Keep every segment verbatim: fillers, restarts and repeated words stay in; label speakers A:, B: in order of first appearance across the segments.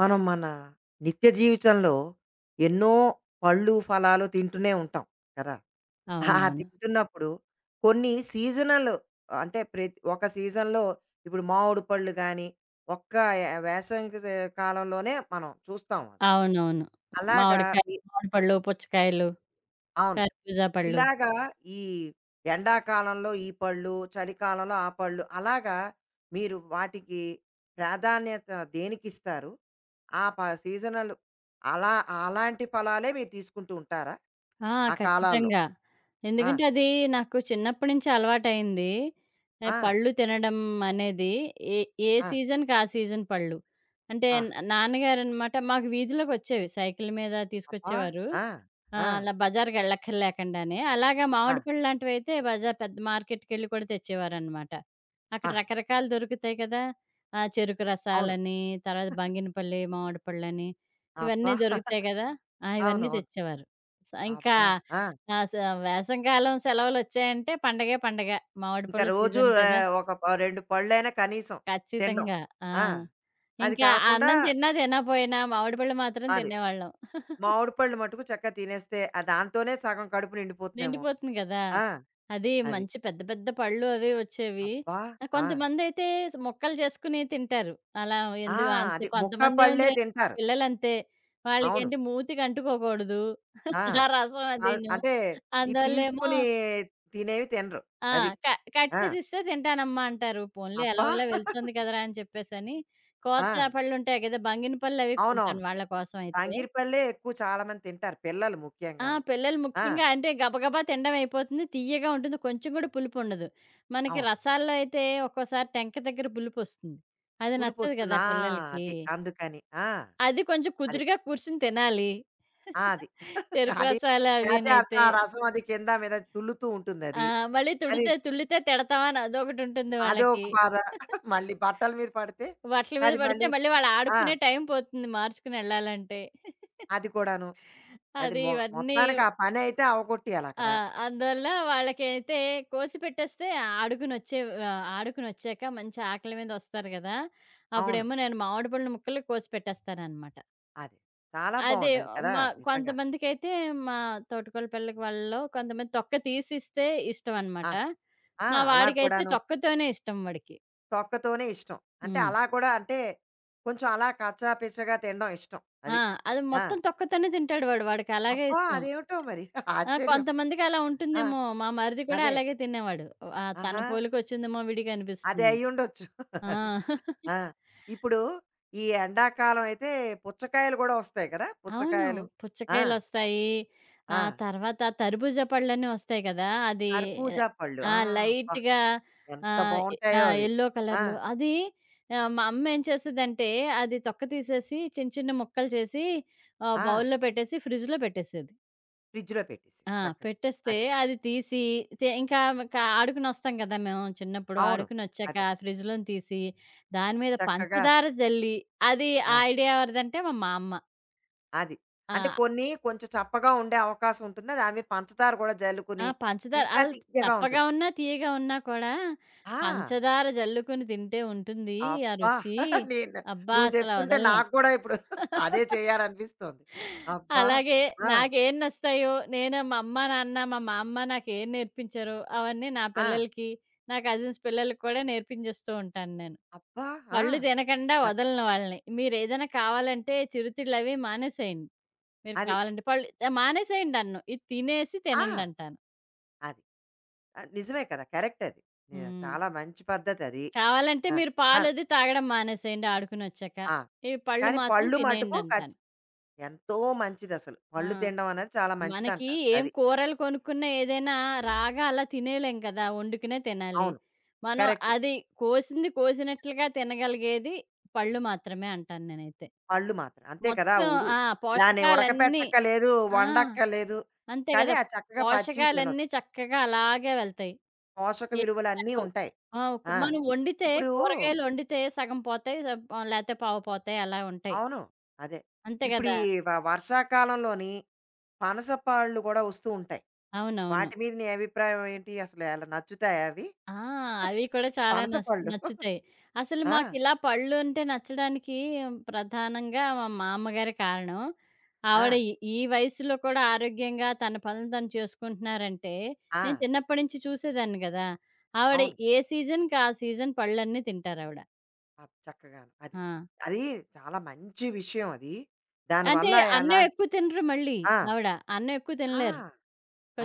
A: మనం మన నిత్య జీవితంలో ఎన్నో పళ్ళు, ఫలాలు తింటూనే ఉంటాం కదా! ఆ
B: అవునవును.
A: తింటున్నప్పుడు కొన్ని సీజనల్ అంటే ప్రతి ఒక సీజన్‌లో ఇప్పుడు మామిడి పళ్ళు గాని, ఒక్క వేసవికి కాలంలోనే మనం చూస్తాం అవి.
B: అవునవును.
A: అలాగా
B: మామిడికాయ,
A: మీ
B: మామిడి పళ్ళు, పుచ్చకాయలు,
A: అవును.
B: ఖర్బూజా పళ్ళు.
A: ఇలాగా ఈ ఎండాకాలంలో ఈ పళ్ళు, చలికాలంలో ఆ పళ్ళు అలాగా మీరు వాటికి ప్రాధాన్యత దేనికిస్తారు? ఆ ప సీజనల్ అలా అలాంటి ఫలాలే మీరు తీసుకుంటూ ఉంటారా?
B: ఆ!
A: ఆ కాలాల్లో?
B: ఖచ్చితంగా.
A: ఆ!
B: ఎందుకంటే, అది నాకు చిన్నప్పటి నుంచి అలవాటయింది. ఆహ్,
A: ఆ!
B: పళ్ళు తినడం అనేది ఏ ఏ
A: ఆ!
B: సీజన్‌కి ఆ సీజన్ పళ్ళు. అంటే
A: ఆహా!
B: న నాన్నగారనమాట మాకు వీధిలోకొచ్చేవి. సైకిల్ మీద
A: అబ్బా!
B: తీసుకొచ్చేవారు.
A: ఆ! ఆ!
B: ఆహ్, అలా బజార్‌కెళ్ళక్కర్లేకుండానే. అలాగా
A: ఆ!
B: మామిడి పళ్ళు లాంటివయితే బజార్ పెద్ద మార్కెట్‌కెళ్ళి కూడా తెచ్చేవారనమాట. అక్కడ
A: ఆ!
B: రకరకాలు దొరుకుతాయి కదా! ఆ చెరుకు
A: అవును.
B: రసాలని, తర్వాత బంగినపల్లి మామిడి పళ్ళని, ఇవన్నీ
A: అబ్బా!
B: దొరుకుతాయి కదా! ఆ! ఇవన్నీ
A: అవునవును.
B: తెచ్చేవారు. స ఇంకా
A: అబ్బా! ఆ!
B: ఆ! స వేసవికాలం సెలవులొచ్చాయంటే పండగే పండగ. మామిడి
A: ఇంకా
B: పళ్ళు
A: రోజు
B: సీజన్ కదా!
A: ఆహ్, ఒక ప రెండు పళ్ళైనా కనీసం తినడం.
B: ఖచ్చితంగా. ఆ!
A: ఆ! అది
B: ఇంకా
A: కాకుండా
B: అన్నం తిన్నా తినపోయినా మామిడి పళ్ళు మాత్రం
A: అది.
B: తినేవాళ్ళం.
A: మామిడి పళ్ళు మటుకు చక్కగా తినేస్తే ఆ దాంతోనే సగం కడుపు నిండిపోతుందేమో.
B: నిండిపోతుంది కదా!
A: ఆ!
B: అది
A: అది.
B: మంచి పెద్ద పెద్ద పళ్ళు అవి వచ్చేవి.
A: అబ్బా!
B: ఆహ్,
A: ఆ!
B: కొంతమందైతే స్ ముక్కలు చేసుకొని తింటారు. అలా
A: ఆ!
B: ఎందు
A: అది
B: అంత
A: ముక్క పళ్ళే
B: కొంతమందేముందిలే మా
A: తింటారు.
B: పిల్లలంతే.
A: అవును.
B: వాళ్ళకేంటి మూతికి అంటుకోకూడదు.
A: ఆ!
B: ఆ రసం
A: అల్
B: అదీను.
A: అంటే ఈ
B: అందువల్లేమో
A: పీల్చుకుని తినేవి తినరు.
B: ఆ!
A: అది.
B: క కట్
A: ఆ!
B: చేసిస్తే తింటానమ్మా అంటారు. పోన్లే
A: అబ్బా!
B: ఎలాగోలా వెళ్తుంది కదరా అని చెప్పేసని.
A: ఆ!
B: కోత పళ్ళుంటాయి కదా! బంగినపళ్ళవి
A: అవునవును.
B: కొంటాను వాళ్ళ కోసం అయితే.
A: అంగీర్ పళ్ళే ఎక్కువ చాలా మంది తింటారు. పిల్లలు
B: ఆ!
A: ముఖ్యంగాను.
B: పిల్లలు
A: ఆ!
B: ముఖ్యంగా అంటే గబగబా తినడం అయిపోతుంది. తియ్యగా ఉంటుంది. కొంచెం కూడా పులుపుండదు. మనకి
A: అవును.
B: రసాల్లో అయితే ఒక్కోసారి టెంక దగ్గర పులుపొస్తుంది. అది నచ్చదు
A: పులుపొస్తుంది.
B: కదా
A: ఆ!
B: పిల్లలకి.
A: అది. అందుకని. ఆ!
B: అది కొంచెం
A: అది.
B: కుదురుగా కూర్చొని తినాలి.
A: ఆ! అది.
B: చెరుకు
A: అది
B: రసాలు
A: లేతే అంత
B: అవినైతే.
A: ఆ రసం అది కింద మీద తుల్లుతూ
B: ఆ!
A: ఉంటుందది.
B: మళ్ళీ
A: అది
B: తుడితే
A: అది
B: తుళ్ళితే తిడతాం అని అదొకటుంటుంది
A: అదో ఒక
B: వాళ్ళకి.
A: బాధ. మళ్ళీ బట్టల మీద పడితే
B: బట్టల మీద
A: అది
B: పడితే
A: మళ్ళీ
B: మళ్ళీ వాళ్ళు
A: ఆ!
B: ఆడుకునే టైం పోతుంది మార్చుకుని ఎళ్ళాలంటే.
A: అది కూడాను. అది
B: అది
A: మొ
B: ఇవన్నీ
A: మొత్తానికి ఆ పనైతే
B: ఆ!
A: అవగొట్టేయాలక్కడ.
B: అందువల్ల వాళ్ళకైతే కోసి పెట్టేస్తే ఆడుకునొచ్చే ఆహ్, ఆడుకునొచ్చాక మంచి ఆకలి మీద వస్తారు గదా!
A: అవును.
B: అప్పుడేమో నేను మామిడి పళ్ళ ముక్కలు కోసి పెట్టేస్తాననమాట.
A: అది. చాలా
B: అదే
A: బావుంది అది కదా!
B: మా
A: నిజంగా.
B: కొంతమందికైతే మా తోటికోడలి పిల్లకి వాళ్ళలో కొంతమంది తొక్క తీసిస్తే ఇష్టం అనమాట.
A: ఆహా! ఆ!
B: మా
A: అలా
B: వాడికైతే
A: కూడాను.
B: తొక్కతోనే ఇష్టం వాడికి.
A: తొక్కతోనే ఇష్టం. అంటే
B: హ్మ్.
A: అలా కూడా అంటే కొంచెం అలా కచ్చాపిచ్చాగా తినడం ఇష్టం. అది.
B: ఆ! అది
A: ఆ!
B: మొత్తం తొక్కతోనే తింటాడు వాడు. వాడికలాగే
A: అబ్బా!
B: ఇష్టం.
A: అదేమిటో మరి
B: ఆ!
A: ఆశ్చర్యం.
B: కొంతమందికలా
A: ఆ!
B: ఉంటుందేమో. మా మరిది కూడా
A: అదే.
B: అలాగే తినేవాడు. ఆహ్, తన
A: ఆహా!
B: పోలికొచ్చిందేమో విడిగా
A: అది
B: అనిపిస్తుంది నాకు.
A: అయ్యుండొచ్చు.
B: ఆ!
A: అది. ఆ! ఇప్పుడు ఈ ఎండాకాలం అయితే పుచ్చకాయలు గూడా వస్తాయి కదా!
B: అవును.
A: పుచ్చకాయలు. ఆ!
B: పుచ్చకాయలొస్తాయి.
A: ఆ!
B: ఆ తర్వాత తర్బూజా పళ్ళని వస్తాయి కదా! అది
A: కర్బూజా పళ్ళు.
B: ఆ!
A: ఆ! అబ్బా!
B: లైట్‌గా
A: ఎంత
B: ఆహ్, ఎ ఆ!
A: బావుంటాయో అవి.
B: యెల్లో
A: ఆ!
B: కలర్‌లో అది ఆహ్, మా అమ్మ ఏం చేసేదంటే అది తొక్క తీసేసి చిన్న చిన్న ముక్కలు చేసి ఆహ్,
A: ఆ!
B: బౌల్‌లో పెట్టేసి ఫ్రిడ్జ్‌లో పెట్టేసేది.
A: ఫ్రిడ్జ్‌లో పెట్టేసి
B: ఆ!
A: చక్కగా.
B: పెట్టేస్తే
A: అది.
B: అది తీసి తే ఇంకా క ఆడుకునొస్తాం గదా! మేము చిన్నప్పుడు.
A: అవును.
B: ఆడుకునొచ్చాక
A: అదే.
B: ఫ్రిడ్జ్‌లోని తీసి, దాని మీద
A: చక్కగా
B: పంచదార జల్లి, అది ఆ
A: ఆ!
B: ఐడియా ఎవరిదంటే మా మా అమ్మ.
A: అది.
B: ఆ!
A: అంటే కొన్ని కొంచెం చప్పగా ఉండే అవకాశం ఉంటుంది. అది అవి పంచదార గూడా
B: ఆ!
A: జల్లుకుని
B: పంచదార
A: ఇంకా
B: అసలు
A: తియ్యగా
B: చప్పగా
A: ఉంటుంది.
B: ఉన్నా, తీయగా ఉన్నా కూడా
A: ఆ!
B: పంచదార జల్లుకొని తింటే ఉంటుంది ఆ
A: అబ్బా!
B: రుచి.
A: నేను
B: అబ్బా!
A: నువ్వు
B: అసల
A: చెప్తుంటే
B: వదలలేం.
A: నాకు గూడా ఇప్పుడు అదే చేయాలనిపిస్తోంది. అబ్బా!
B: అలాగే
A: ఆ!
B: నాకేం నస్తాయో, నేను మా అమ్మ, నాన్న, మా మా అమ్మ నాకేం నేర్పించారో, అవన్నీ నా
A: ఆ!
B: పిల్లలకి, నా కజిన్స్ పిల్లలకి కూడా నేర్పించేస్తూ ఉంటాను నేను.
A: అబ్బా! ఆ!
B: పళ్ళు తినకండా
A: చక్క
B: వదలను వాళ్ళని. మీరేదైనా కావాలంటే చిరుతిళ్ళవి మానేసేయండి. మీరు
A: అది.
B: కావాలంటే పళ్ళు ఆహ్, మానేసేయండన్ను. ఇది తినేసి
A: ఆ!
B: తినండంటాను.
A: అది. ఆహ్, నిజమే కదా! కరెక్ట్ అది. ని
B: హ్మ్.
A: చాలా మంచి పద్ధతది.
B: కావాలంటే
A: ఆ!
B: మీరు
A: ఆ!
B: పాలది తాగడం మానేసేయండి ఆడుకొనొచ్చాక.
A: ఆ!
B: ఈ పళ్ళు
A: కానీ
B: మాత్రం
A: పళ్ళు మటుకు
B: తినేయండంటాను.
A: ఖచ్ ఎంతో మంచిదసలు.
B: ఆ!
A: పళ్ళు తినడం అనేది చాలా
B: మనకి
A: మంచిదంటారు.
B: ఏం
A: అది.
B: కూరలు కొనుక్కున్నా ఏదైనా రాగా అలా తినేయలేం కదా! వండుకునే తినాలి.
A: అవును.
B: మనం
A: కరెక్ట్.
B: అది కోసింది కోసినట్లుగా తినగలిగేది పళ్ళు మాత్రమే అంటాను నేనైతే.
A: పళ్ళు మాత్రం. అంతే కదా!
B: మొత్తం
A: ఉడు
B: ఆ!
A: దాన్ని
B: పోషకాలన్నీ
A: ఉడకపెట్టక్కర్లేదు,
B: ఆ!
A: వండక్కర్లేదు.
B: అంతే
A: కానీ
B: కదా!
A: ఆ చక్కగా పచ్చివి
B: పోషకాలన్నీ
A: తినొచ్చు.
B: చక్కగా అలాగే వెళ్తాయి.
A: పోషక
B: ఏం
A: విలువలన్నీ
B: తగ్గవు.
A: ఉంటాయి.
B: ఆ! కు
A: ఆ!
B: మనం వండితే
A: ఇప్పుడు
B: కూరగాయలు వండితే సగం పోతాయి. స లేతే పావు పోతాయి అలా ఉంటాయి.
A: అవును. అదే.
B: అంతే
A: ఇప్పుడు
B: కదా!
A: ఈ వ వర్షాకాలంలోని పనసపళ్ళు గూడా వస్తూ ఉంటాయి.
B: అవునవును.
A: వాటి మీద నీ అభిప్రాయం ఏంటి? అసలు అలా నచ్చుతాయా అవి?
B: ఆ! అవి కూడా చాలా నస్
A: పనసపళ్ళు.
B: నచ్చుతాయి. అసలు
A: ఆ!
B: మాకిలా పళ్ళు అంటే నచ్చడానికి ప్రధానంగా మా మామ్మగారే కారణం.
A: ఆ!
B: ఆవిడ ఈ ఈ వయసులో కూడా ఆరోగ్యంగా తన పనులు తను చేసుకుంటున్నారంటే, నేను
A: ఆ!
B: చిన్నప్పటి నుంచి చూసేదాన్ని గదా! ఆవిడ
A: అవును.
B: ఏ సీజన్‌కి ఆ సీజన్ పళ్ళన్నీ తింటారావిడ.
A: అప్ చక్కగాను. అది.
B: ఆ!
A: అది చాలా మంచి విషయం అది.
B: అంటే
A: దానివల్ల ఎలా
B: అన్నం ఎక్కువ తినరు మళ్ళీ
A: ఆ!
B: ఆవిడ. అన్నం ఎక్కువ తినలేరు.
A: ఆ!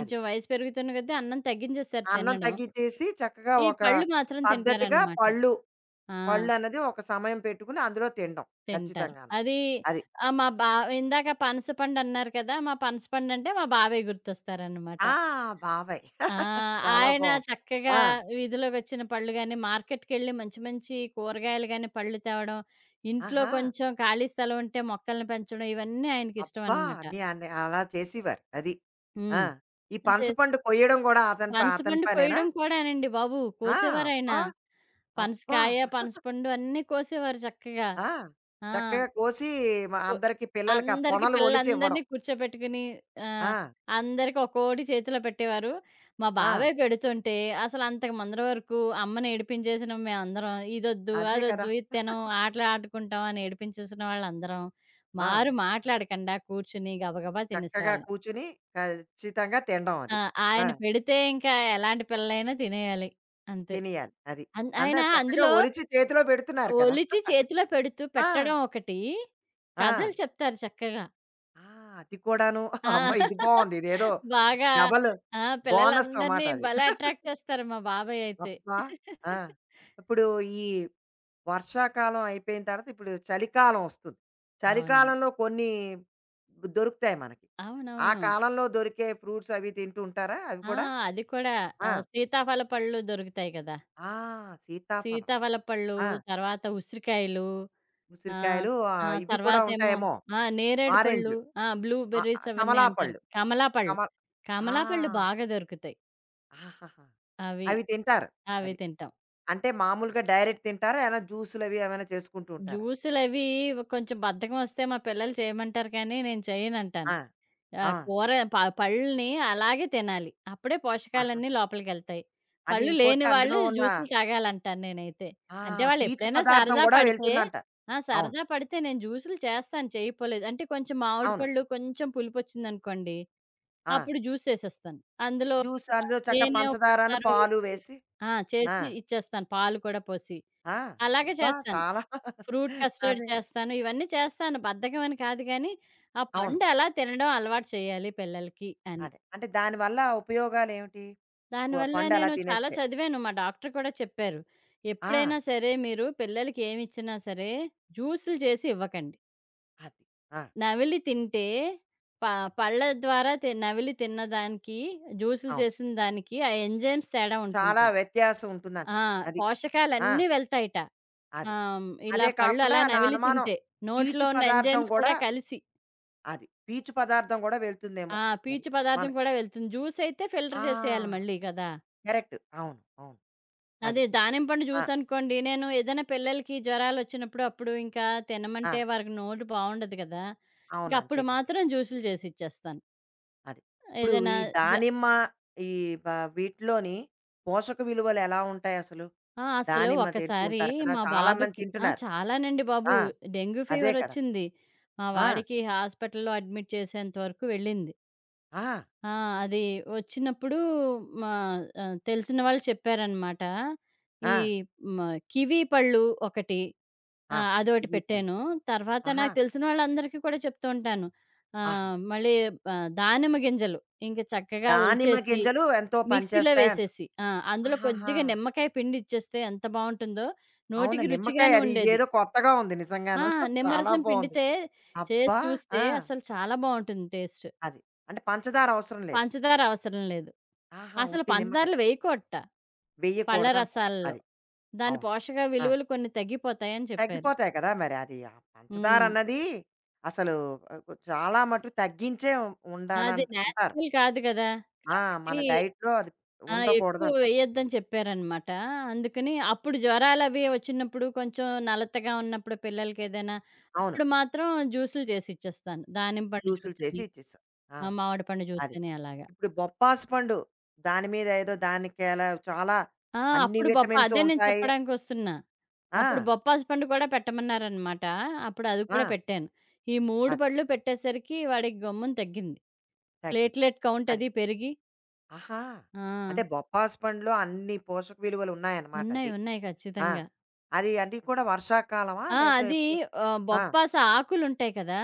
A: అది.
B: వయసు పెరుగుతున్న కొద్దీ అన్నం తగ్గించేసారు
A: అన్నం
B: తినడం.
A: తగ్గించేసి చక్కగా
B: ఈ
A: ఒక
B: పళ్ళు మాత్రం
A: పద్ధతిగా
B: తింటారనమాట.
A: పళ్ళు,
B: ఆ!
A: పళ్ళన్నది ఒక సమయం పెట్టుకుని అందులో తినడం
B: తింటారు.
A: ఖచ్చితంగాను.
B: అది
A: అది.
B: ఆహ్, మా బా ఇందాక పనసపండన్నారు కదా! మా పనసపండంటే మా బావయ్య గుర్తొస్తారనమాట.
A: ఆ! బాబాయ్.
B: ఆ!
A: చాలా
B: ఆయన
A: బావుంది.
B: చక్కగా
A: ఆ!
B: వీధిలోకొచ్చిన పళ్ళు గాని, మార్కెట్‌కెళ్ళి మంచి మంచి కూరగాయలు గాని, పళ్ళు తేవడం, ఇంట్లో
A: ఆహా!
B: కొంచెం ఖాళీ స్థలం ఉంటే మొక్కల్ని పెంచడం ఇవన్నీ ఆయనకిష్టం
A: అబ్బా!
B: అనమాట.
A: అన్ని అన్ని అలా చేసేవారు. అది. ఆ!
B: హ్మ్.
A: ఈ
B: చే
A: పనసపండు కొయ్యడం గూడా అతని ప అతని
B: పనసపండు
A: పనేనా?
B: కొయ్యడం కూడానండి బాబు!
A: ఆ!
B: కోసేవారాయన.
A: అబ్బా! అబ్బా!
B: పనసకాయ, పనసపండు అన్నీ కోసేవారు చక్కగా.
A: ఆ!
B: ఆ!
A: చక్కగా కోసి మ
B: ఒ
A: అందరికి పిల్లలకి ఆ
B: అందరికి
A: తొనలు ఒలిచి ఇవ్వడం.
B: పిల్లలందరిని కూర్చోబెట్టుకుని
A: ఆ!
B: ఆహ్, అందరికి ఒక్కోటి చేతిలో పెట్టేవారు. మా
A: ఆ!
B: బాబాయ్ పెడుతుంటే అసలు అంతకు ముందర వరకు అమ్మని ఏడిపించేసినాం మేమందరం. ఇదొద్దు,
A: అదే కదా!
B: అదొద్దు, ఇది తినం, ఆటలు ఆడుకుంటాం అని ఏడిపించేసిన వాళ్ళందరం.
A: ఆ!
B: మారు మాట్లాడకుండా కూర్చుని గబగబా
A: చక్కగా
B: తినేసేవాళ్ళం.
A: కూర్చుని ఖచ్చితంగా తినడం
B: ఆ!
A: అది. ఆ!
B: ఆయన పెడితే ఇంకా ఎలాంటి పిల్లలైనా తినేయాలి. అంతే.
A: తినేయాలి. అది.
B: అన్
A: అందా
B: ఆయన
A: చక్కగా
B: అందులో
A: ఒలిచి చేతిలో పెడుతున్నారు కదా!
B: ఒలిచి చేతిలో పెడుతూ
A: ఆ!
B: పెట్టడం ఒకటి,
A: ఆ!
B: కథలు చెప్తారు చక్కగా.
A: ఆ! అది కూడాను.
B: ఆ!
A: అమ్మో! ఇది బావుంది. ఇదేదో
B: బాగా
A: డబల్
B: ఆ!
A: బోనస్ అమాట
B: పిల్లలందరిని
A: అది.
B: భలే అట్రాక్ట్ చేస్తారు మా బాబాయ్ అయితే.
A: అబ్బా! ఆ! ఇప్పుడు ఈ వర్షాకాలం అయిపోయిన తర్వాత ఇప్పుడు చలికాలం వస్తుంది.
B: అవునవును.
A: చలికాలంలో కొన్ని దొరుకుతాయి మనకి. ఆ
B: అవునవును.
A: కాలంలో దొరికే ఫ్రూట్స్ అవి తింటూ ఉంటారా అవి
B: ఆ!
A: కూడా?
B: అది కూడా
A: ఆ!
B: ఆహ్, సీతాఫల పళ్ళు దొరుకుతాయి కదా!
A: ఆ! సీతాఫలం.
B: సీతాఫల పళ్ళు,
A: ఆ!
B: తర్వాత ఉసిరికాయలు ఆహ్,
A: ఉసిరికాయలు
B: ఆ!
A: ఆహ్, ఇవి కూడా
B: తర్వాతేమో
A: ఉంటాయేమో
B: ఆ! నేరేడు
A: ఆరెంజ్.
B: పళ్ళు, ఆ! బ్లూ
A: ఆ!
B: బెర్రీస్ అవన్నీ అంటారు.
A: కమలాపళ్ళు. కమ
B: కమలాపళ్ళు,
A: ఆ!
B: కమలాపళ్ళు బాగా దొరుకుతాయి.
A: ఆహాహా!
B: అవి,
A: అవి తింటారు.
B: అవి
A: అది.
B: తింటాం.
A: అంటే మామూలుగా డైరెక్ట్ తింటారా? ఏమైనా జ్యూసులు అవి ఏమైనా చేసుకుంటూ ఉంటారా?
B: జ్యూసులవి కొంచెం బద్ధకం వస్తే మా పిల్లలు చేయమంటారు కానీ నేను చేయనంటాను.
A: ఆ!
B: ఆ!
A: ఆ!
B: కూర ప పళ్ళని అలాగే తినాలి. అప్పుడే
A: ఆహా!
B: పోషకాలన్నీ లోపలికెళ్తాయి.
A: అది
B: పళ్ళు
A: ఇంకోటి
B: లేని
A: అందులో
B: వాళ్ళు
A: ఉన్న
B: జ్యూసులు తాగాలంటాను నేనైతే.
A: ఆ!
B: అంటే
A: పీచు
B: వాళ్ళెప్పుడైనా
A: పదార్థం
B: సరదా
A: గూడా
B: పడితే
A: వెళ్తుందంట.
B: ఆ!
A: అవును.
B: సరదా పడితే నేను జ్యూసులు చేస్తాను చేయపోలేదు. అంటే కొంచెం మామిడి
A: అవును.
B: పళ్ళు కొంచెం పులుపొచ్చిందనుకోండి,
A: ఆ!
B: అప్పుడు జ్యూస్ చేసేస్తాను. అందులో
A: జ్యూస్ అందులో చక్కగా
B: తేనో,
A: పంచదారను,
B: పంచదారో వేసి
A: పాలు వేసి
B: ఆ!
A: ఆ!
B: చేసి ఇచ్చేస్తాను. పాలు కూడా పోసి.
A: ఆ!
B: అలాగే
A: అబ్బా!
B: చేస్తాను.
A: చాలా
B: ఫ్రూట్ కస్టర్డ్
A: అదే.
B: చేస్తాను. ఇవన్నీ చేస్తాను. బద్ధకం అని కాదు గానీ, ఆ
A: అవును.
B: పండు ఎలా తినడం అలవాటు చేయాలి పిల్లలకి అని.
A: అదే. అంటే దానివల్ల ఉపయోగాలేమిటి? వ
B: దానివల్ల
A: పండు అలా
B: నేను చాలా
A: తినేస్తే.
B: చదివాను. మా డాక్టర్ కూడా చెప్పారు.
A: ఆ!
B: ఎప్పుడైనా సరే మీరు పిల్లలకి ఏమిచ్చినా సరే జ్యూసులు చేసి ఇవ్వకండి.
A: అది. ఆ!
B: నమిలి తింటే ప పళ్ళ ద్వారా తి నవిలి తిన్నదానికి, జ్యూసులు
A: అవును.
B: చేసిన దానికి ఆ ఎంజైమ్స్ తేడా ఉంటుంట.
A: చాలా వ్యత్యాసం
B: ఆ!
A: ఉంటుందంటారు. అది. ఆ!
B: పోషకాలన్నీ వెళ్తాయట.
A: అది.
B: ఆహ్, ఇలా
A: అదే
B: పళ్ళు
A: కాకుండా
B: అలా
A: నా
B: నవిలి
A: అనుమానం
B: తింటే.
A: పీచు
B: నోట్లో ఉన్న
A: పదార్థం
B: ఎంజైమ్స్
A: గూడా
B: కూడా కలిసి.
A: అది. పీచు పదార్థం గూడా వెళ్తుందేమో.
B: ఆ!
A: అది.
B: పీచు పదార్థం
A: మనకి.
B: కూడా వెళ్తుంది. జ్యూస్ అయితే
A: ఆ!
B: ఫిల్టర్ చేసేయాలి మళ్ళీ కదా!
A: కరెక్ట్. అవును. అవును. అది.
B: అదే దానిమ్మ పండు
A: ఆ!
B: జ్యూస్ అనుకోండి, నేను ఏదైనా పిల్లలకి జ్వరాలొచ్చినప్పుడు అప్పుడు ఇంకా
A: ఆ!
B: తినమంటే వారికి నోరు బావుండదు కదా! ఇంక
A: అవును. అంతే
B: అప్పుడు
A: కదా!
B: మాత్రం జ్యూసులు చేసిచ్చేస్తాను.
A: అది. ఇప్పుడు
B: ఏదైనా
A: ఈ
B: జ
A: దానిమ్మ ఈ వ వీటిలోని పోషక విలువలు ఎలా ఉంటాయసలు?
B: ఆ! అసలు
A: దానిమ్మ తింటూ
B: ఒకసారి
A: ఉంటారు కదా!
B: మా
A: చాలా మంది
B: బాబుకి ఆ!
A: తింటున్నారు.
B: చాలానండి బాబు.
A: ఆ!
B: డెంగ్యూ
A: అదే కదా!
B: ఫీవరొచ్చింది. మా
A: ఆ!
B: వాడికి హాస్పిటల్‌లో అడ్మిట్ చేసేంత వరకు వెళ్ళింది.
A: ఆ!
B: ఆ! అది వచ్చినప్పుడు మా ఆహ్, తెలిసిన వాళ్ళు చెప్పారనమాట. ఈ
A: ఆ!
B: మ కివి పళ్ళు ఒకటి ఆ!
A: ఆ!
B: అదోటి
A: కివి పళ్ళు.
B: పెట్టాను. తర్వాత
A: ఆహా!
B: నాకు తెలిసిన వాళ్ళందరికీ కూడా చెప్తూ ఉంటాను.
A: ఆహా!
B: ఆహ్, మళ్ళీ ఆహ్, దానిమ్మ గింజలు ఇంక చక్కగా
A: దానిమ్మ
B: ఒలిచేసి
A: గింజలు ఎంతో
B: మిక్సీలో
A: పనిచేస్తాయంటావు.
B: వేసేసి ఆ! అందులో
A: ఆహాహా!
B: కొద్దిగా నిమ్మకాయ పిండి ఇచ్చేస్తే ఎంత బావుంటుందో
A: అవును.
B: నోటికి
A: నిమ్మకాయ
B: రుచిగాను
A: అది
B: ఉండేది.
A: ఇదేదో కొత్తగా ఉంది
B: ఆ!
A: నిజంగాను. చాలా
B: నిమ్మరసం
A: బావుంది.
B: పిండితే చేసి
A: అబ్బా!
B: చూస్తే
A: ఆ!
B: అసలు చాలా బావుంటుంది టేస్ట్.
A: అది. అంటే పంచదార అవసరం లేదు.
B: పంచదార అవసరం లేదు.
A: ఆహా!
B: అసలు
A: ఉట్టి నిమ్మకాయ.
B: పంచదారలు వేయకూడట పళ్ళ
A: వెయ్యకూడదంటారు.
B: రసాలలో.
A: అది.
B: దాని
A: అవును.
B: పోషక
A: ఆ!
B: విలువలు కొన్ని తగ్గిపోతాయని చెప్పారు.
A: తగ్గిపోతాయి కదా! మరి అది ఆ పంచదార
B: హ్మ్.
A: అన్నది అసలు ఆహ్, కొ చాలా మటుకు తగ్గించే ఉం-
B: అది
A: ఉండాలంట అంటారు.
B: నేచురల్ కాదు గదా!
A: ఆ! మన
B: కాబట్టి
A: డైట్‌లో అది
B: ఆ! ఎక్కువ
A: ఉండకూడదంటారు.
B: వేయొద్దని చెప్పారనమాట. అందుకని అప్పుడు జ్వరాలవి వచ్చినప్పుడు కొంచెం నలతగా ఉన్నప్పుడు పిల్లలకేదైనా
A: అవును.
B: అప్పుడు మాత్రం జ్యూసులు చేసి ఇచ్చేస్తాను. దానిమ్మ పండు
A: జ్యూసులు చేసి
B: జ్యూసని,
A: ఇచ్చేసాం. ఆ!
B: ఆ! మామిడి పండు
A: అది.
B: జ్యూసని అలాగా.
A: ఇప్పుడు బొప్పాసు పండు దాని మీద ఏదో దానికేలా చాలా
B: ఆ!
A: అన్ని
B: అప్పుడు పాపం
A: విటమిన్స్
B: అదే నేను
A: ఉంటాయి.
B: చెప్పడానికొస్తున్నా.
A: ఆ!
B: అప్పుడు బొప్పాసు పండు కూడా పెట్టమన్నారనమాట. అప్పుడు అది
A: ఆ!
B: కూడా పెట్టాను. ఈ మూడు
A: అది.
B: పళ్ళు పెట్టేసరికి వాడికి గమ్మున తగ్గింది.
A: తగ్గింది.
B: ప్లేట్‌లెట్ కౌంట్
A: అది.
B: అది పెరిగి
A: ఆహా!
B: ఆ!
A: అంటే బొప్పాసు పండులో అన్ని పోషక విలువలు ఉన్నాయన్నమాట
B: ఉన్నాయి.
A: అది.
B: ఉన్నాయి.
A: ఆ!
B: ఖచ్చితంగా.
A: అది అన్నీ కూడా వర్షాకాలమా?
B: ఆ!
A: లేతే
B: అది
A: ఎప్పుడు
B: ఆహ్,
A: ఆ!
B: బొప్పాసు ఆకులుంటాయి కదా!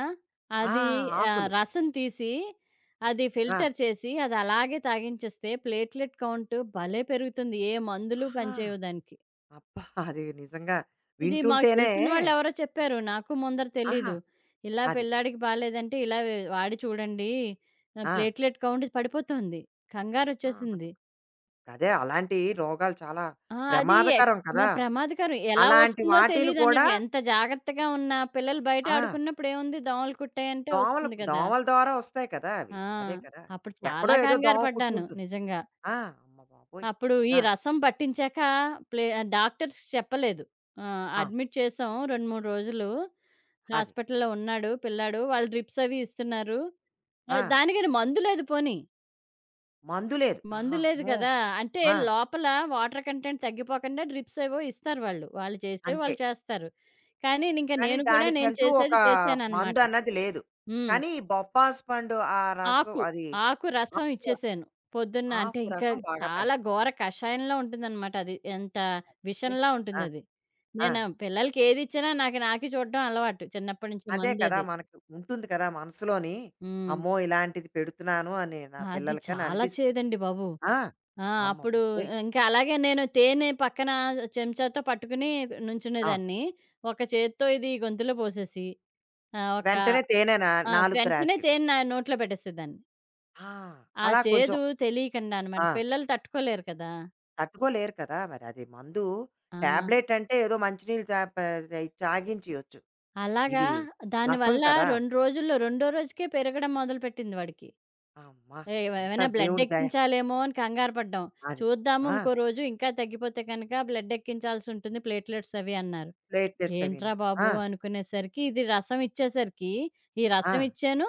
A: ఆ!
B: అది ఆహ్,
A: ఆకులు.
B: రసం తీసి, అది
A: ఆ!
B: ఫిల్టర్ చేసి, అది అలాగే తాగించేస్తే ప్లేట్‌లెట్ కౌంట్ భలే పెరుగుతుంది. ఏ మందులు
A: ఆహా!
B: పనిచేయవు దానికి.
A: అబ్బా! అది నిజంగా
B: ఇది మాకు
A: వింటుంటేనే
B: తెలిసిన వాళ్ళెవరో చెప్పారు. నాకు ముందర
A: ఆహా!
B: తెలీదు. ఇలా
A: అది.
B: పిల్లాడికి బాలేదంటే, ఇలా వె వాడి చూడండి ఆహ్,
A: ఆ!
B: ప్లేట్‌లెట్ కౌంట్ పడిపోతోంది.
A: ఆ!
B: కంగారొచ్చేసింది.
A: అదే అలాంటి రోగాలు చాలా
B: ఆ! అది ఎక్
A: ప్రమాదకరం
B: మా
A: కదా!
B: ప్రమాదకరం. ఎలా
A: అలాంటి
B: వస్తుందో
A: వాటిని కూడా
B: తెలీదన్నట్లు. ఎంత జాగ్రత్తగా ఉన్నా పిల్లలు బయట
A: ఆ!
B: ఆడుకున్నప్పుడు ఏముంది దోమలు కుట్టాయంటే
A: దోమలు
B: వస్తుంది కదా!
A: దోమల ద్వారా వస్తాయి కదా అవి.
B: ఆ!
A: అదే కదా!
B: అప్పుడు
A: ఎక్కడో
B: చాలా
A: ఏదో
B: కంగారు
A: దోమ కుట్టి
B: పడ్డాను
A: ఉంటుంది.
B: నిజంగా.
A: ఆ! అమ్మ బాబోయ్!
B: అప్పుడు ఈ
A: ఆ!
B: రసం పట్టించాక ప్లే డాక్టర్స్‌కి చెప్పలేదు. ఆ!
A: ఆ!
B: అడ్మిట్ చేసాం రెండు, మూడు రోజులు.
A: అది.
B: హాస్పిటల్‌లో ఉన్నాడు పిల్లాడు. వాళ్ళు డ్రిప్స్ అవి ఇస్తున్నారు.
A: ఆ!
B: ఆహ్, దానికని మందు లేదు పోనీ.
A: మందు లేదు.
B: మందు
A: ఆహా!
B: లేదు
A: అమ్మో!
B: కదా! అంటే
A: ఆ!
B: లోపల వాటర్ కంటెంట్ తగ్గిపోకుండా డ్రిప్స్ ఏవో ఇస్తారు వాళ్ళు. వాళ్ళు చేసేవి
A: అంతే.
B: వాళ్ళు చేస్తారు. కానీ ఇంక
A: కానీ
B: నేను కూడా నేను
A: దానికంటూ ఒక
B: చేసేది చేశాననమాట.
A: మందన్నది లేదు.
B: హ్మ్.
A: కానీ ఈ బొప్పాసు పండు ఆ రసం
B: ఆకు,
A: అది
B: ఆకు రసం
A: ఆకు రసం,
B: ఇచ్చేసాను. పొద్దున్న అంటే
A: ఆకు
B: ఇంకా
A: రసం బాగా
B: చాలా
A: పనిచేసింది.
B: ఘోర కషాయంలా ఉంటుందనమాట అది. ఎంత
A: ఓయ్!
B: విషంలా
A: ఆ!
B: ఉంటుందది.
A: ఆ!
B: నేను పిల్లలకి ఏదిచ్చినా నాకు నాకే చూడడం అలవాటు చిన్నప్పటి నుంచి
A: అదే కదా!
B: మందది.
A: మనకు ఉంటుంది కదా మనసులోని.
B: హ్మ్.
A: అమ్మో! ఇలాంటిది పెడుతున్నాను అని నా
B: అది
A: పిల్లలకని
B: చాలా
A: అనిపిస్తుంది.
B: చేదండి బాబు.
A: ఆ!
B: ఆ!
A: అమ్మ
B: అప్పుడు
A: బాబోయ్!
B: ఇంకా అలాగే నేను తేనె పక్కన చెంచాతో పట్టుకుని
A: అవును.
B: నుంచునేదాన్ని. ఒక చేత్తో ఇది గొంతులో పోసేసి ఆహ్, ఒక
A: వెంటనే తేనెనా
B: ఆ!
A: నాలుగు
B: వెంటనే
A: రాశీలు.
B: తేనె నా నోట్లో పెట్టేసేదాన్ని.
A: ఆ!
B: ఆ
A: అలా కొంచెం
B: చేదు తెలియకుండా అనమాట.
A: ఆ!
B: పిల్లలు తట్టుకోలేరు కదా!
A: తట్టుకోలేరు కదా! మరి అది మందు.
B: ఆ!
A: టాబ్లెట్ అంటే ఏదో మంచినీళ్ళు తా ప తాగించేయొచ్చు.
B: అలాగా
A: ఇది రసం
B: దానివల్ల
A: కదా!
B: రెండు రోజుల్లో రెండో రోజుకే పెరగడం మొదలుపెట్టింది వాడికి.
A: అమ్మా!
B: ఏ
A: అంతా
B: ఏమైనా బ్లడ్
A: దేవుడి దయ.
B: ఎక్కించాలేమో అని కంగారు పడ్డాం.
A: అది.
B: చూద్దాము
A: ఆ!
B: ఇంకో రోజు ఇంకా తగ్గిపోతే కనుక బ్లడ్ ఎక్కించాల్సి ఉంటుంది ప్లేట్‌లెట్స్ అవి అన్నారు.
A: ప్లేట్లెట్స్ అవిను.
B: ఏంట్రా
A: ఆ!
B: బాబు! అనుకునేసరికి ఇది రసం ఇచ్చేసరికి, ఈ
A: ఆ!
B: రసం ఇచ్చాను,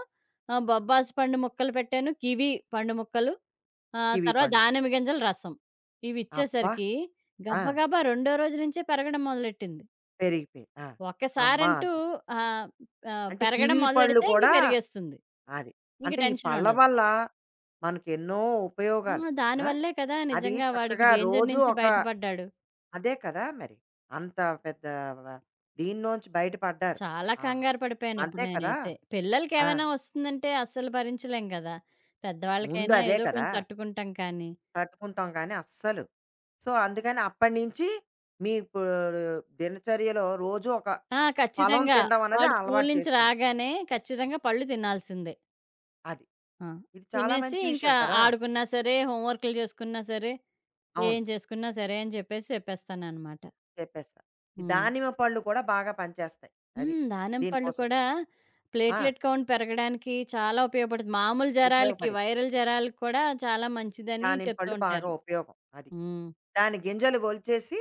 B: ఆహ్, బొబ్బాసు పండు ముక్కలు పెట్టాను, కివి పండు ముక్కలు, ఆహ్,
A: కివి
B: తర్వాత
A: పండు.
B: దానిమ్మ గింజల రసం. ఇవి
A: అబ్బా!
B: ఇచ్చేసరికి
A: ఆ!
B: గబగబా రెండో రోజు నుంచే పెరగడం మొదలెట్టింది.
A: పెరిగిపోయి. ఆ! అమ్మా!
B: ఒక్కసారంటూ
A: అంతే.
B: ఆహ్, ఆహ్,
A: అంటే
B: పెరగడం
A: కివి పళ్ళు
B: మొదలెడితే ఇంక
A: కూడా
B: పెరిగేస్తుంది.
A: అది.
B: ఇంక
A: అంటే ఈ
B: టెన్షన్
A: పళ్ళ
B: ఉండదు.
A: వల్ల మనకెన్నో
B: ఆ!
A: ఉపయోగాలు. ఆ!
B: దానివల్లే కదా
A: అది
B: నిజంగా వాడికి
A: చక్కగా
B: డేంజర్
A: రోజు
B: నుంచి
A: ఒక
B: బయటపడ్డాడు.
A: అదే కదా మరి. అంత పెద్ద వ దీన్నుంచి బయట పడ్డారు.
B: చాలా
A: ఆహా!
B: కంగారు పడిపోయానప్పుడు
A: అంతే కదా!
B: నేనైతే.
A: ఆ!
B: పిల్లలకేమైనా వస్తుందంటే అస్సలు భరించలేం గదా! పెద్దవాళ్ళకైనా
A: ముందదే
B: ఏదో
A: కదా!
B: కొంచెం తట్టుకుంటాం కానీ
A: తట్టుకుంటాం కానీ అస్సలు. సో, అందుకని అప్పటినుంచి మీ ఇప్పుడు దినచర్యలో రోజు ఒక
B: ఆ!
A: ఫలం
B: ఖచ్చితంగా.
A: తినడం అన్నది
B: వాడు స్కూలు
A: అలవాటు
B: నుంచి
A: చేసుకున్నారు.
B: రాగానే ఖచ్చితంగా పళ్ళు తినాల్సిందే.
A: అది.
B: ఆ!
A: ఇది చాలా
B: తినేసి
A: మంచి విషయం
B: ఇంకా
A: కదా!
B: ఆడుకున్నా సరే, హోంవర్కులు చేసుకున్నా సరే,
A: అవును.
B: ఏం చేసుకున్నా సరే అని చెప్పేసి చెప్పేస్తాననమాట.
A: చెప్పేస్తా. ఈ
B: హ్మ్.
A: దానిమ్మ పళ్ళు కూడా బాగా పనిచేస్తాయి. అది.
B: హ్మ్. దానిమ్మ పళ్ళు
A: దీనికోసం.
B: కూడా
A: ఆ!
B: ప్లేట్‌లెట్ కౌంట్ పెరగడానికి చాలా ఉపయోగపడుతుంది. మామూలు జరాలకి
A: ఉపయోగపడి.
B: వైరల్ జరాలకి కూడా చాలా మంచిదని
A: దానిమ్మ
B: చెప్తూ
A: పళ్ళు బాగా
B: ఉంటారు.
A: ఉపయోగం. అది.
B: హ్మ్.
A: దాని గింజలు ఒలిచేసి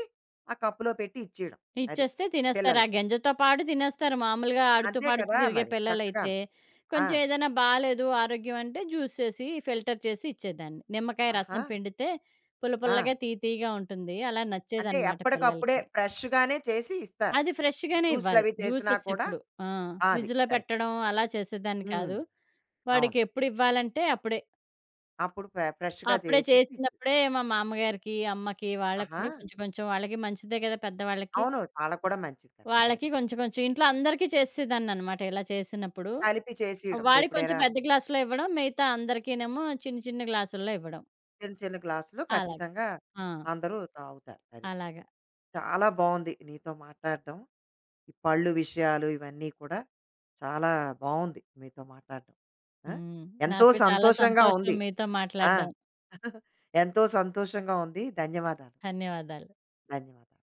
A: ఆ కప్పులో పెట్టి ఇచ్చేయడం. అది.
B: ఇచ్చేస్తే తినేస్తారు. ఆ
A: పిల్లలకి.
B: గంజతో పాటు తినేస్తారు. మామూలుగా ఆడుతూ,
A: అంతే
B: పాడుతూ
A: కదా
B: తిరిగే
A: మరి! చక్కగాను.
B: పిల్లలైతే.
A: ఆ!
B: కొంచెం ఏదైనా బాలేదు ఆరోగ్యం అంటే జ్యూస్ చేసి, ఫిల్టర్ చేసి ఇచ్చేదాన్ని. నిమ్మకాయ
A: ఆహా!
B: రసం పిండితే పుల్ల
A: ఆ!
B: పుల్లగా, తీయ తీయగా ఉంటుంది. అలా
A: అంటే
B: నచ్చేదనమాట
A: ఎప్పటికప్పుడే
B: పిల్లలకి.
A: ఫ్రెష్‌గానే చేసి ఇస్తారు.
B: అది ఫ్రెష్‌గానే ఇవ్వాలి.
A: జ్యూస్‌లవి చేసినా
B: జ్యూసెస్
A: కూడా
B: ఎప్పుడు. ఆ!
A: ఆ! అది
B: ఫ్రిడ్జ్‌లో
A: కరెక్ట్.
B: పెట్టడం అలా చేసేదాన్ని
A: హ్మ్.
B: కాదు.
A: అవును.
B: వాడికి ఎప్పుడు ఇవ్వాలంటే అప్పుడే.
A: అప్పుడు ఫ్రె ఫ్రెష్‌గా
B: అప్పుడే
A: చేసేసి ఇచ్చేది.
B: చేసినప్పుడే మా మామ్మగారికి, అమ్మకి వాళ్ళకి
A: ఆహా!
B: కూడా కొంచెం, కొంచెం వాళ్ళకి మంచిదే కదా పెద్దవాళ్ళకి.
A: అవును. వాళ్ళకి కూడా మంచిది కదా!
B: వాళ్ళకి
A: కరెక్ట్.
B: కొంచెం కొంచెం ఇంట్లో అందరికీ చేసేసేదాన్ననమాట ఇలా చేసినప్పుడు.
A: కలిపి చేసియడం
B: వాడికి కొంచెం
A: ఎప్పుడైనా
B: పెద్ద గ్లాసులో ఇవ్వడం, మిగతా అందరికీనేమో చిన్న చిన్న గ్లాసుల్లో ఇవ్వడం.
A: చిన్న చిన్న గ్లాసులు
B: అలాగ.
A: ఖచ్చితంగా
B: ఆ!
A: అందరూ తాగుతారు. అది.
B: అలాగా.
A: చాలా బావుంది నీతో మాట్లాడడం. ఈ పళ్ళు విషయాలు ఇవన్నీ కూడా చాలా బావుంది మీతో మాట్లాడడం. ఆ!
B: హ్మ్.
A: ఎంతో
B: నాకు చాలా
A: సంతోషంగా
B: సంతోషం
A: ఉంది.
B: మీతో
A: ఆ!
B: మాట్లాడడం.
A: ఎంతో సంతోషంగా ఉంది. ధన్యవాదాలు.
B: ధన్యవాదాలు.
A: ధన్యవాదాలు.